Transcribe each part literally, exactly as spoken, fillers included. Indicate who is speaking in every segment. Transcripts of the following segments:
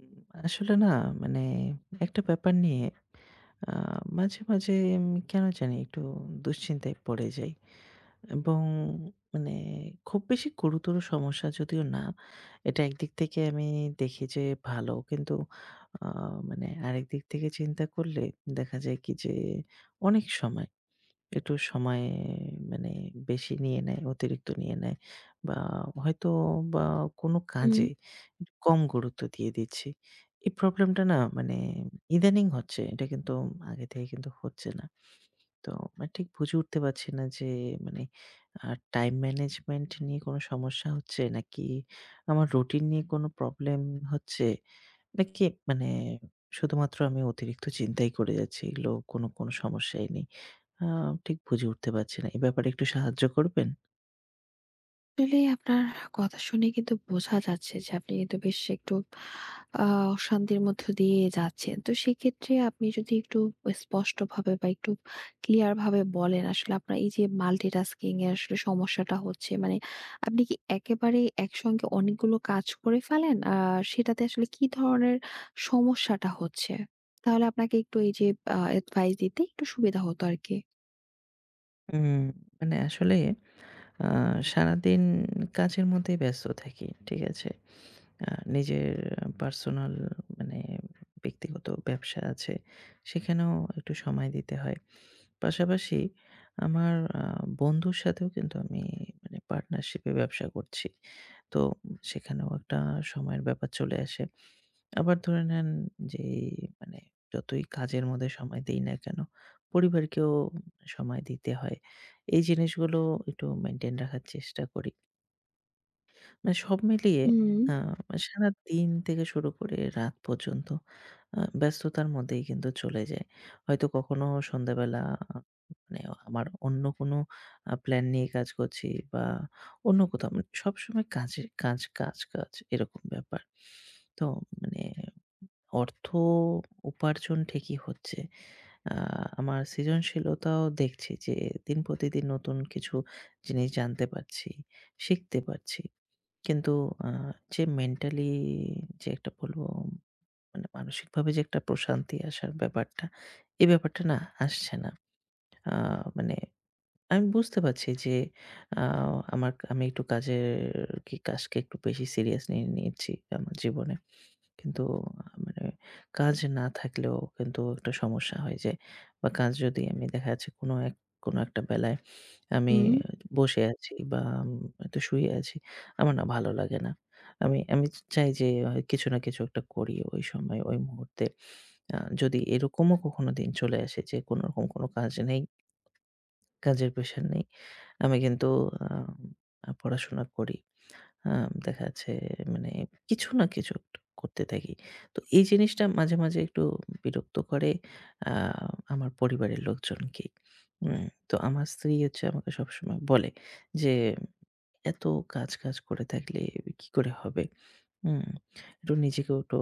Speaker 1: উম আসলে না, মানে একটা ব্যাপার নিয়ে আ মাঝে, মাঝে উম কেন জানি একটু দুশ্চিন্তায় পড়ে যাই। এবং মানে খুব বেশি গুরুতর সমস্যা যদিও না। এটা একদিক থেকে আমি দেখি যে ভালো। কিন্তু আ মানে আরেকদিক থেকে চিন্তা করলে দেখা যায় কি যে অনেক সময় একটু সময়, মানে বেশি নিয়ে নেয়, অতিরিক্ত নিয়ে নেয়, বা হয়তো বা কোনো
Speaker 2: হুম।
Speaker 1: কাজে একটু কম গুরুত্ব দিয়ে দিচ্ছি। এই প্রবলেমটা, না মানে ইদানিং হচ্ছে। এটা কিন্তু আগে থেকে কিন্তু হচ্ছে না। তো মানে ঠিক বুঝে উঠতে পারছি না যে, মানে আ টাইম ম্যানেজমেন্ট নিয়ে কোনো সমস্যা হচ্ছে নাকি আমার রুটিন নিয়ে কোনো প্রবলেম হচ্ছে। এটা কি মানে শুধুমাত্র আমি অতিরিক্ত চিন্তাই করে যাচ্ছি। এগুলো কোনো, কোনো সমস্যাই নেই। আ ঠিক বুঝে উঠতে পারছি না। এ ব্যাপারে একটু সাহায্য করবেন?
Speaker 2: আসলে আপনার কথা শুনে কিন্তু বোঝা যাচ্ছে যে আপনি কিন্তু বেশ একটু আ অশান্তির মধ্য দিয়ে যাচ্ছেন। তো সেক্ষেত্রে আপনি যদি একটু স্পষ্টভাবে বা একটু ক্লিয়ার ভাবে বলেন, আসলে আপনার এই যে মাল্টিটাস্কিং এর আসলে সমস্যাটা হচ্ছে মানে আপনি কি একেবারেই একসঙ্গে অনেকগুলো কাজ করে ফেলেন? আর সেটাতে আসলে কি ধরনের সমস্যাটা হচ্ছে? তাহলে আপনাকে একটু এই যে আ অ্যাডভাইস দিতে একটু সুবিধা হতো আরকি।
Speaker 1: উম মানে আসলে আ সারাদিন কাজের মধ্যেই ব্যস্ত থাকি। ঠিক আছে? আ নিজের পার্সোনাল, মানে ব্যক্তিগত ব্যবসা আছে, সেখানেও একটু সময় দিতে হয়। পাশাপাশি আমার আ বন্ধুর সাথেও কিন্তু আমি মানে পার্টনারশিপ এ ব্যবসা করছি। তো সেখানেও একটা সময়ের ব্যাপার চলে আসে। আবার ধরে নেন যে এই, মানে যতই কাজের মধ্যে সময় দেই না কেন, পরিবারকেও সময় দিতে হয়। এই জিনিসগুলো একটু মেইনটেইন রাখার চেষ্টা করি। মানে সব মিলিয়ে
Speaker 2: হুম,
Speaker 1: আ সারাদিন থেকে শুরু করে রাত পর্যন্ত আ ব্যস্ততার মধ্যেই কিন্তু চলে যায়। হয়তো কখনো সন্ধ্যাবেলা আ মানে আমার অন্য কোনো আ প্ল্যান নিয়ে কাজ করছি, বা অন্য কোথাও, মানে সবসময় কাজে কাজ, কাজ, কাজ এরকম ব্যাপার। তো মানে অর্থ উপার্জন ঠিকই হচ্ছে। আ আমার সৃজনশীলতাও দেখছি যে দিন প্রতিদিন নতুন কিছু জিনিস জানতে পারছি, শিখতে পারছি। কিন্তু আ যে মেন্টালি, যে একটা বলবো, মানে মানসিকভাবে যে একটা প্রশান্তি আসার ব্যাপারটা, এই ব্যাপারটা না আসছে না। আ মানে আমি বুঝতে পারছি যে আ আমার আমি একটু কাজের, কি কাজকে একটু বেশি সিরিয়াস নিয়ে নিয়েছি আমার জীবনে। কিন্তু আ মানে কাজ না থাকলেও কিন্তু একটা সমস্যা হয় যে, বা কাজ যদি, আমি দেখা যাচ্ছে কোনো এক, কোনো একটা বেলায় আমি
Speaker 2: হুম।
Speaker 1: বসে আছি বা হয়তো শুয়ে আছি। আমার না ভালো লাগে না। আমি আমি চাই যে, আহ, কিছু না কিছু একটা করি ওই সময়, ওই মুহূর্তে। আ যদি এরকমও কখনো দিন চলে আসে যে কোনরকম কোনো কাজ নেই, কাজের প্রেশার নেই। আমি কিন্তু আ পড়াশোনা করি। আ দেখা যাচ্ছে, মানে কিছু না কিছু একটা করতে থাকি। তো এই জিনিসটা মাঝে, মাঝে একটু বিরক্ত করে আ আমার পরিবারের লোকজনকেই। উম তো আমার স্ত্রী হচ্ছে আমাকে সবসময় বলে যে, এত কাজ, কাজ করে থাকলে কি করে হবে? হুম? একটু নিজেকেও তো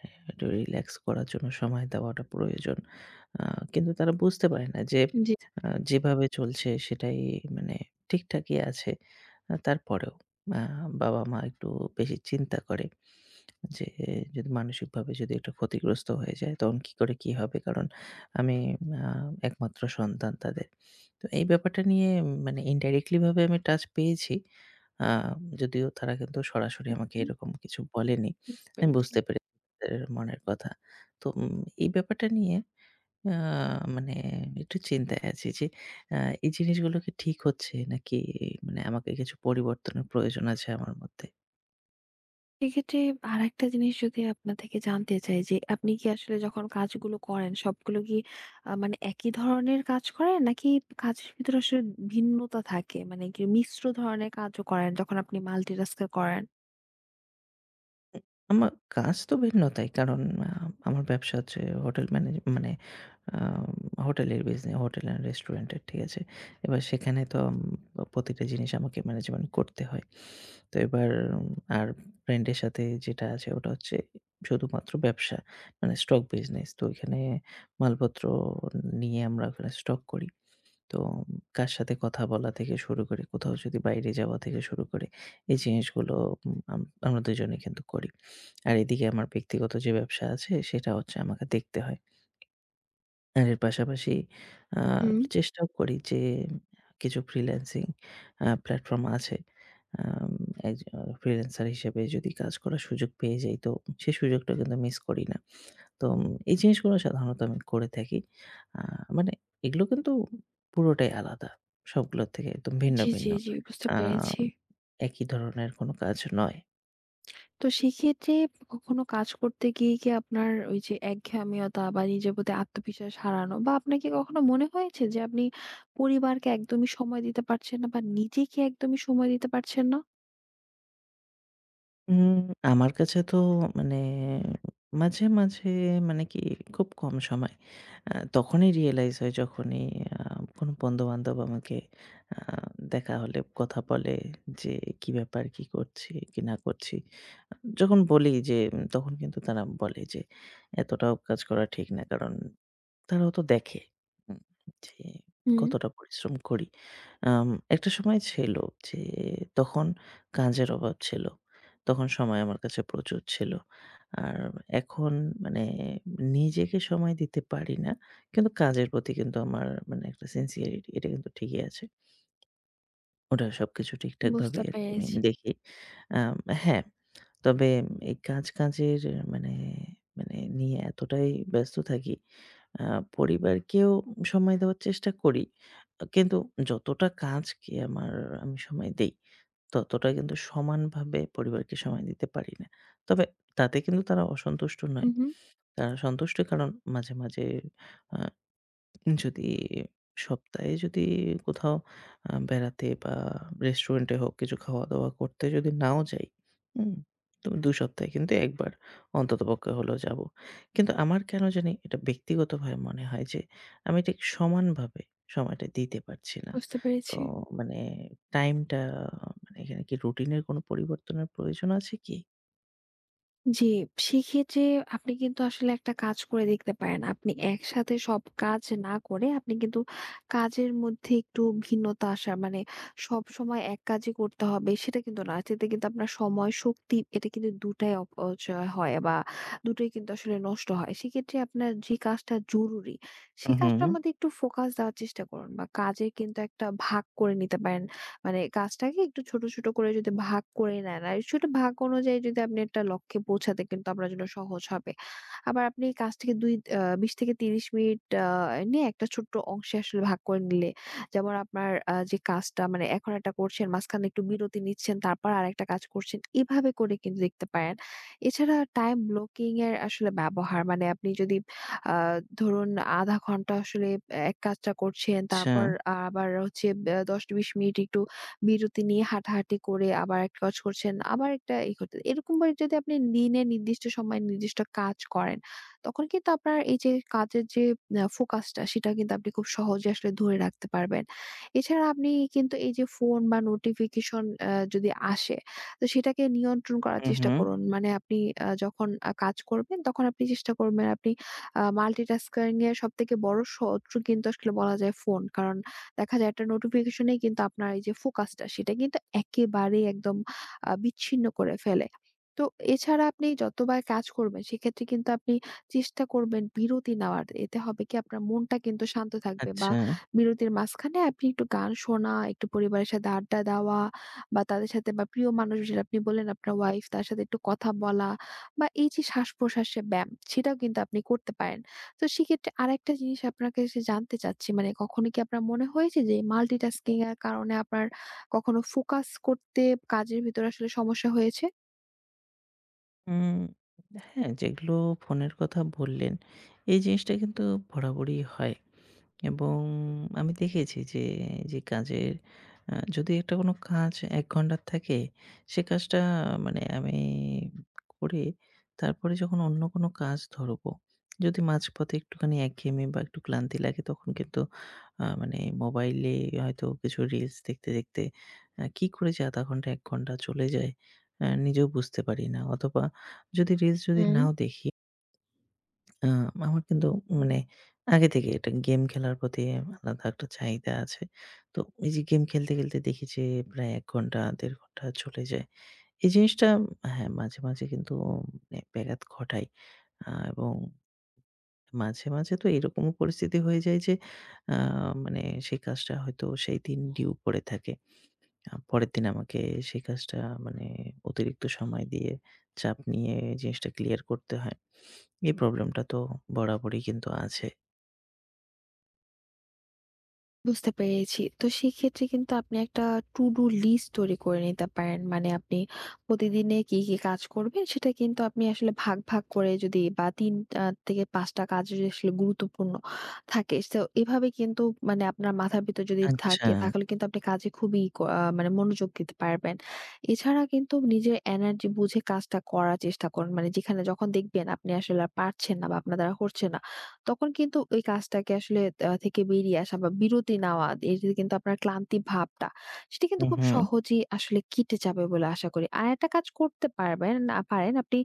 Speaker 1: হ্যাঁ, একটু রিল্যাক্স করার জন্য সময় দেওয়াটা প্রয়োজন। আ কিন্তু তারা বুঝতে পারে না যে
Speaker 2: জি।
Speaker 1: আ যেভাবে চলছে সেটাই মানে ঠিকঠাকই আছে। আ তারপরেও আ বাবা-মা একটু বেশি চিন্তা করে। যে যদি মানসিকভাবে যদি একটু ক্ষতিগ্রস্ত হয়ে যায় তখন কি করে কি হবে? কারণ আমি আ একমাত্র সন্তান তাদের। তো এই ব্যাপারটা নিয়ে উম, মানে ইনডাইরেক্টলি ভাবে আমি টাচ পেয়েছি। আ যদিও তারা কিন্তু সরাসরি আমাকে
Speaker 2: হুম,
Speaker 1: এরকম কিছু বলেনি।
Speaker 2: বুঝতে
Speaker 1: আমি
Speaker 2: পেরেছি।
Speaker 1: বুঝতে পেরেছি তাদের মনের কথা। তো উম এই ব্যাপারটা নিয়ে আ মানে একটু চিন্তায় আছি যে, আ এই জিনিসগুলো কি ঠিক হচ্ছে নাকি মানে আমাকে কিছু পরিবর্তনের প্রয়োজন আছে আমার মধ্যে?
Speaker 2: সেক্ষেত্রে আরেকটা জিনিস যদি আপনার থেকে জানতে চাই, যে আপনি কি আসলে যখন কাজগুলো করেন সবগুলো কি আহ, মানে একই ধরনের কাজ করেন, নাকি কাজের ভিতরে আসলে ভিন্নতা থাকে, মানে কি মিশ্র ধরনের কাজও করেন যখন আপনি মাল্টিটাস্কার করেন?
Speaker 1: আমার কাজ তো ভিন্নতাই। কারণ আ আমার ব্যবসা হচ্ছে হোটেল ম্যানেজ, মানে আ হোটেলের বিজনে, হোটেল অ্যান্ড রেস্টুরেন্টের, ঠিক আছে? এবার সেখানে তো উম প্রতিটা জিনিস আমাকে ম্যানেজমেন্ট করতে হয়। তো এবার উম, আর ফ্রেন্ডের সাথে যেটা আছে, ওটা হচ্ছে শুধুমাত্র ব্যবসা। মানে স্টক বিজনেস। তো ওইখানে মালপত্র নিয়ে আমরা ওখানে স্টক করি। তো কার সাথে কথা বলা থেকে শুরু করে, কোথাও যদি বাইরে যাওয়া থেকে শুরু করে, এই জিনিসগুলো উম আম আমরা দুই জনেই কিন্তু করি। আর এদিকে আমার ব্যক্তিগত যে ব্যবসা আছে, সেটা হচ্ছে আমাকে দেখতে হয়। আর এর পাশাপাশি আ
Speaker 2: হুম।
Speaker 1: চেষ্টাও করি যে, কিছু ফ্রিল্যান্সিং আ প্ল্যাটফর্ম আছে। আম একজ ফ্রিল্যান্সার হিসেবে যদি কাজ করার সুযোগ পেয়ে যাই, তো সেই সুযোগটা কিন্তু মিস করি না। তো উম, এই জিনিসগুলো সাধারণত আমি করে থাকি। আ মানে এগুলো কিন্তু পুরোটাই আলাদা। সবগুলোর থেকে একদম ভিন্ন,
Speaker 2: জি জি
Speaker 1: ভিন্ন।
Speaker 2: জি, বুঝতে
Speaker 1: আ
Speaker 2: পেরেছি।
Speaker 1: একই ধরনের কোনো কাজ নয়।
Speaker 2: তো সেক্ষেত্রে কখনো কাজ করতে গিয়ে কি আপনার ওই যে একঘেয়েমিয়তা বা নিজের প্রতি আত্মবিশ্বাস হারানো বা আপনাকে কখনো মনে হয়েছে যে আপনি পরিবারকে একদমই সময় দিতে পারছেন না বা নিজেকে একদমই সময় দিতে পারছেন না?
Speaker 1: উম আমার কাছে তো, মানে মাঝে, মাঝে, মানে কি, খুব কম সময়। আ তখনই রিয়ালাইজ হয় যখনই আ কোনো বন্ধু-বান্ধব আমাকে আ দেখা হলে কথা বলে যে, "কি ব্যাপার? কি করছি? কি না করছি?" যখন বলি যে উম, তখন কিন্তু তারা বলে যে, "এতটাও কাজ করা ঠিক না।" কারণ তারাও তো দেখে। হুম। যে
Speaker 2: হুম,
Speaker 1: কতটা পরিশ্রম করি। আম একটা সময় ছিল যে তখন কাজের অভাব ছিল। তখন সময় আমার কাছে প্রচুর ছিল। আর এখন মানে নিজেকে সময় দিতে পারি না। কিন্তু কাজের প্রতি কিন্তু আমার মানে একটা সিনসিয়ারিটি, এটা কিন্তু ঠিকই আছে। ওটা সবকিছু ঠিকঠাকভাবে
Speaker 2: বুঝতে
Speaker 1: আরকি আমি
Speaker 2: পেরেছি।
Speaker 1: দেখি। আম হ্যাঁ, তবে এই কাজ-কাজের মানে, মানে নিয়ে এতটাই ব্যস্ত থাকি, আ পরিবারকেও সময় দেওয়ার চেষ্টা করি। কিন্তু যতটা কাজকে আমার আমি সময় দেই, ততটা কিন্তু সমানভাবে পরিবারকে সময় দিতে পারি না। তবে তাতে কিন্তু তারা অসন্তুষ্ট
Speaker 2: হুম,
Speaker 1: নয়।
Speaker 2: হুম।
Speaker 1: তারা সন্তুষ্ট, কারণ মাঝে, মাঝে আ যদি সপ্তাহে, যদি কোথাও আ বেড়াতে বা রেস্টুরেন্টে হোক কিছু খাওয়া-দাওয়া করতে যদি নাও যাই, হুম? তো দুই সপ্তাহে কিন্তু এক বার অন্ততপক্ষে হলেও যাবো। কিন্তু আমার কেন জানি এটা ব্যক্তিগতভাবে মনে হয় যে, আমি ঠিক সমানভাবে সময়টা দিতে পারছি না।
Speaker 2: বুঝতে
Speaker 1: তো
Speaker 2: পেরেছি।
Speaker 1: মানে টাইমটা, মানে এখানে কি রুটিনের কোনো পরিবর্তনের প্রয়োজন আছে কি?
Speaker 2: জি, সেক্ষেত্রে আপনি কিন্তু আসলে একটা কাজ করে দেখতে পারেন। আপনি একসাথে সব কাজ না করে আপনি কিন্তু কাজের মধ্যে একটু ভিন্নতা আসা মানে সবসময় এক কাজই করতে হবে সেটা কিন্তু না। এতে কিন্তু আপনার সময়, শক্তি এটা কিন্তু দুই টাই অপচয় হয় বা দুই টাই কিন্তু আসলে নষ্ট হয়। সেক্ষেত্রে আপনার যে কাজটা জরুরি, সেই
Speaker 1: হুম,
Speaker 2: কাজটার
Speaker 1: হুম।
Speaker 2: মধ্যে একটু ফোকাস দেওয়ার চেষ্টা করুন বা কাজের কিন্তু একটা ভাগ করে নিতে পারেন। মানে কাজটাকে একটু ছোট, ছোট করে যদি ভাগ করে নেন, আর ছোট ভাগ অনুযায়ী যদি আপনি একটা লক্ষ্যে পৌঁছাতে কিন্তু আপনার জন্য সহজ হবে। আবার আপনি এই কাজটিকে দুই আ বিশ থেকে ত্রিশ মিনিট আ নিয়ে একটা ছোট্ট অংশে আসলে ভাগ করে নিলে, যেমন আপনার আ যে কাজটা মানে এখন একটা করছেন, মাঝখানে একটু বিরতি নিচ্ছেন, তারপর আরেকটা কাজ করছেন। এভাবে করে কিন্তু দেখতে পারেন। এছাড়া টাইম ব্লকিং এর আসলে ব্যবহার মানে আপনি যদি আ ধরুন শূন্য দশমিক পাঁচ ঘন্টা আসলে এক কাজটা করছেন,
Speaker 1: আচ্ছা।
Speaker 2: তারপর আবার হচ্ছে আ দশ থেকে বিশ মিনিট একটু বিরতি নিয়ে হাঁটাহাঁটি করে আবার এক কাজ করছেন, আবার একটা ই করতে, এরকম করে যদি আপনি দিনে নির্দিষ্ট সময়ে নির্দিষ্ট কাজ করেন, তখন কিন্তু আপনার এই যে কাজের যে আ ফোকাসটা সেটা কিন্তু আপনি খুব সহজে আসলে ধরে রাখতে পারবেন। এছাড়া আপনি কিন্তু এই যে ফোন বা নোটিফিকেশন আ যদি আসে, তো সেটাকে নিয়ন্ত্রণ করার
Speaker 1: হুম,
Speaker 2: চেষ্টা
Speaker 1: হুম।
Speaker 2: করুন। মানে আপনি আ যখন আ কাজ করবেন তখন আপনি চেষ্টা করবেন আপনি আ মাল্টিটাস্কিং এর সবথেকে বড় শত্রু কিন্তু আসলে বলা যায় ফোন। কারণ দেখা যায় একটা নোটিফিকেশনেই কিন্তু আপনার এই যে ফোকাসটা সেটা কিন্তু একেবারেই একদম আ বিচ্ছিন্ন করে ফেলে। তো এছাড়া আপনি যতবার কাজ করবেন সেক্ষেত্রে কিন্তু আপনি চেষ্টা করবেন বিরতি নেওয়ার। এতে হবে কি আপনার মনটা কিন্তু শান্ত থাকবে বা
Speaker 1: আচ্ছা।
Speaker 2: বিরতির মাঝখানে আপনি একটু গান শোনা, একটু পরিবারের সাথে আড্ডা দেওয়া বা তাদের সাথে বা প্রিয় মানুষ, যেটা আপনি বললেন আপনার ওয়াইফ, তার সাথে একটু কথা বলা বা এই যে শ্বাস-প্রশ্বাসের ব্যায়াম সেটাও কিন্তু আপনি করতে পারেন। তো সেক্ষেত্রে আরেকটা জিনিস আপনার কাছে জানতে চাচ্ছি, মানে কখনো কি আপনার মনে হয়েছে যে মাল্টিটাস্কিং এর কারণে আপনার কখনো ফোকাস করতে, কাজের ভিতরে আসলে সমস্যা হয়েছে?
Speaker 1: উম হ্যাঁ, যেগুলো ফোনের কথা বললেন, এই জিনিসটা কিন্তু বরাবরই হয়। এবং আমি দেখেছি যে, যে কাজের আ যদি একটা কোনো কাজ এক ঘন্টার থাকে, সে কাজটা মানে আমি করে তারপরে যখন অন্য কোনো কাজ ধরবো, যদি মাঝপথে একটুখানি একঘেয়েমি বা একটু ক্লান্তি লাগে তখন কিন্তু আ মানে মোবাইলে হয়তো কিছু রিলস দেখতে, দেখতে আ কি করে যে আধা ঘন্টা এক ঘন্টা চলে যায় আ নিজেও বুঝতে পারি না। অথবা যদি রিলস যদি
Speaker 2: হুম।
Speaker 1: নাও দেখি, আ আমার কিন্তু মানে আগে থেকেই একটা গেম খেলার প্রতি আলাদা একটা চাহিদা আছে। তো এই যে গেম খেলতে, খেলতে দেখি যে প্রায় এক ঘন্টা দেড় ঘন্টা চলে যায়। এই জিনিসটা, হ্যাঁ, মাঝে, মাঝে কিন্তু মানে ব্যাঘাত ঘটায়। আ এবং মাঝে, মাঝে তো এরকমও পরিস্থিতি হয়ে যায় যে, আ মানে সেই কাজটা হয়তো সেই দিন ডিউ পড়ে থাকে। আ পরের দিন আমাকে সেই কাজটা মানে অতিরিক্ত সময় দিয়ে চাপ নিয়ে জিনিসটা ক্লিয়ার করতে হয়। এই প্রবলেমটা তো বরাবরই কিন্তু আছে।
Speaker 2: বুঝতে পেরেছি। তো সেক্ষেত্রে কিন্তু আপনি একটা to do list তৈরি করে নিতে পারেন। মানে আপনি প্রতিদিনে কি, কি কাজ করবেন সেটা কিন্তু আপনি আসলে ভাগ, ভাগ করে যদি বা তিন আ থেকে পাঁচ টা কাজ যদি আসলে গুরুত্বপূর্ণ থাকে। সো এভাবে কিন্তু মানে আপনার মাথার ভিতর যদি
Speaker 1: আচ্ছা।
Speaker 2: থাকে তাহলে কিন্তু আপনি কাজে খুবই ক আ মানে মনোযোগ দিতে পারবেন। এছাড়া কিন্তু নিজের এনার্জি বুঝে কাজটা করার চেষ্টা করুন। মানে যেখানে যখন দেখবেন আপনি আসলে আর পারছেন না বা আপনার দ্বারা হচ্ছে না, তখন কিন্তু ওই কাজটাকে আসলে আ থেকে বেরিয়ে আসা বা বিরতি নেওয়া, এই যে কিন্তু আপনার ক্লান্তি ভাবটা সেটা কিন্তু
Speaker 1: হু,
Speaker 2: খুব
Speaker 1: হু।
Speaker 2: সহজেই আসলে কেটে যাবে বলে আশা করি। আর একটা কাজ করতে পারবেন না পারেন, আপনি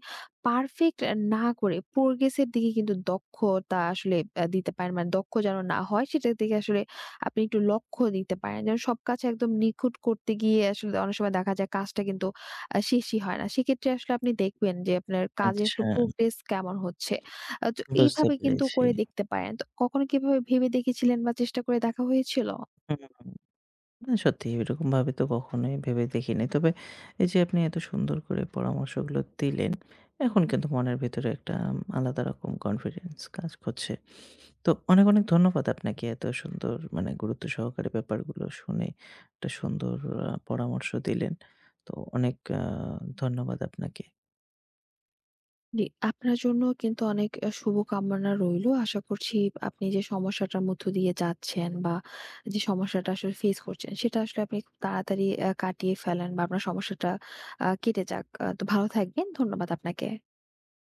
Speaker 2: পারফেক্ট না করে progress এর দিকে কিন্তু দক্ষতা আসলে আ দিতে পারেন। মানে দক্ষ যেন না হয় সেটার দিকে আসলে আপনি একটু লক্ষ্য দিতে পারেন। যেন সব কাজ একদম নিখুঁত করতে গিয়ে আসলে অনেক সময় দেখা যায় কাজটা কিন্তু আ শেষই হয় না। সেক্ষেত্রে আসলে আপনি দেখবেন যে আপনার কাজে
Speaker 1: আচ্ছা,
Speaker 2: আসলে progress কেমন হচ্ছে। আ তো
Speaker 1: বুঝতে
Speaker 2: এইভাবে কিন্তু
Speaker 1: পেরেছি।
Speaker 2: করে দেখতে পারেন। তো কখনো কি এভাবে ভেবে দেখেছিলেন বা চেষ্টা করে দেখা হয়েছিল?
Speaker 1: হুম, হুম। না সত্যিই এরকমভাবে তো কখনোই ভেবে দেখিনি। তবে এই যে আপনি এত সুন্দর করে পরামর্শগুলো দিলেন, এখন কিন্তু মনের ভেতরে একটা আলাদা রকম কনফিডেন্স কাজ করছে। তো অনেক, অনেক ধন্যবাদ আপনাকে এত সুন্দর, মানে গুরুত্ব সহকারে ব্যাপারগুলো শুনে একটা সুন্দর আ পরামর্শ দিলেন। তো অনেক আ ধন্যবাদ আপনাকে।
Speaker 2: জি, আপনার জন্য কিন্তু অনেক আ শুভকামনা রইল। আশা করছি আপনি যে সমস্যাটার মধ্য দিয়ে যাচ্ছেন বা যে সমস্যাটা আসলে ফেস করছেন, সেটা আসলে আপনি খুব তাড়াতাড়ি আ কাটিয়ে ফেলেন বা আপনার সমস্যাটা আ কেটে যাক। আ তো ভালো থাকবেন। ধন্যবাদ আপনাকে।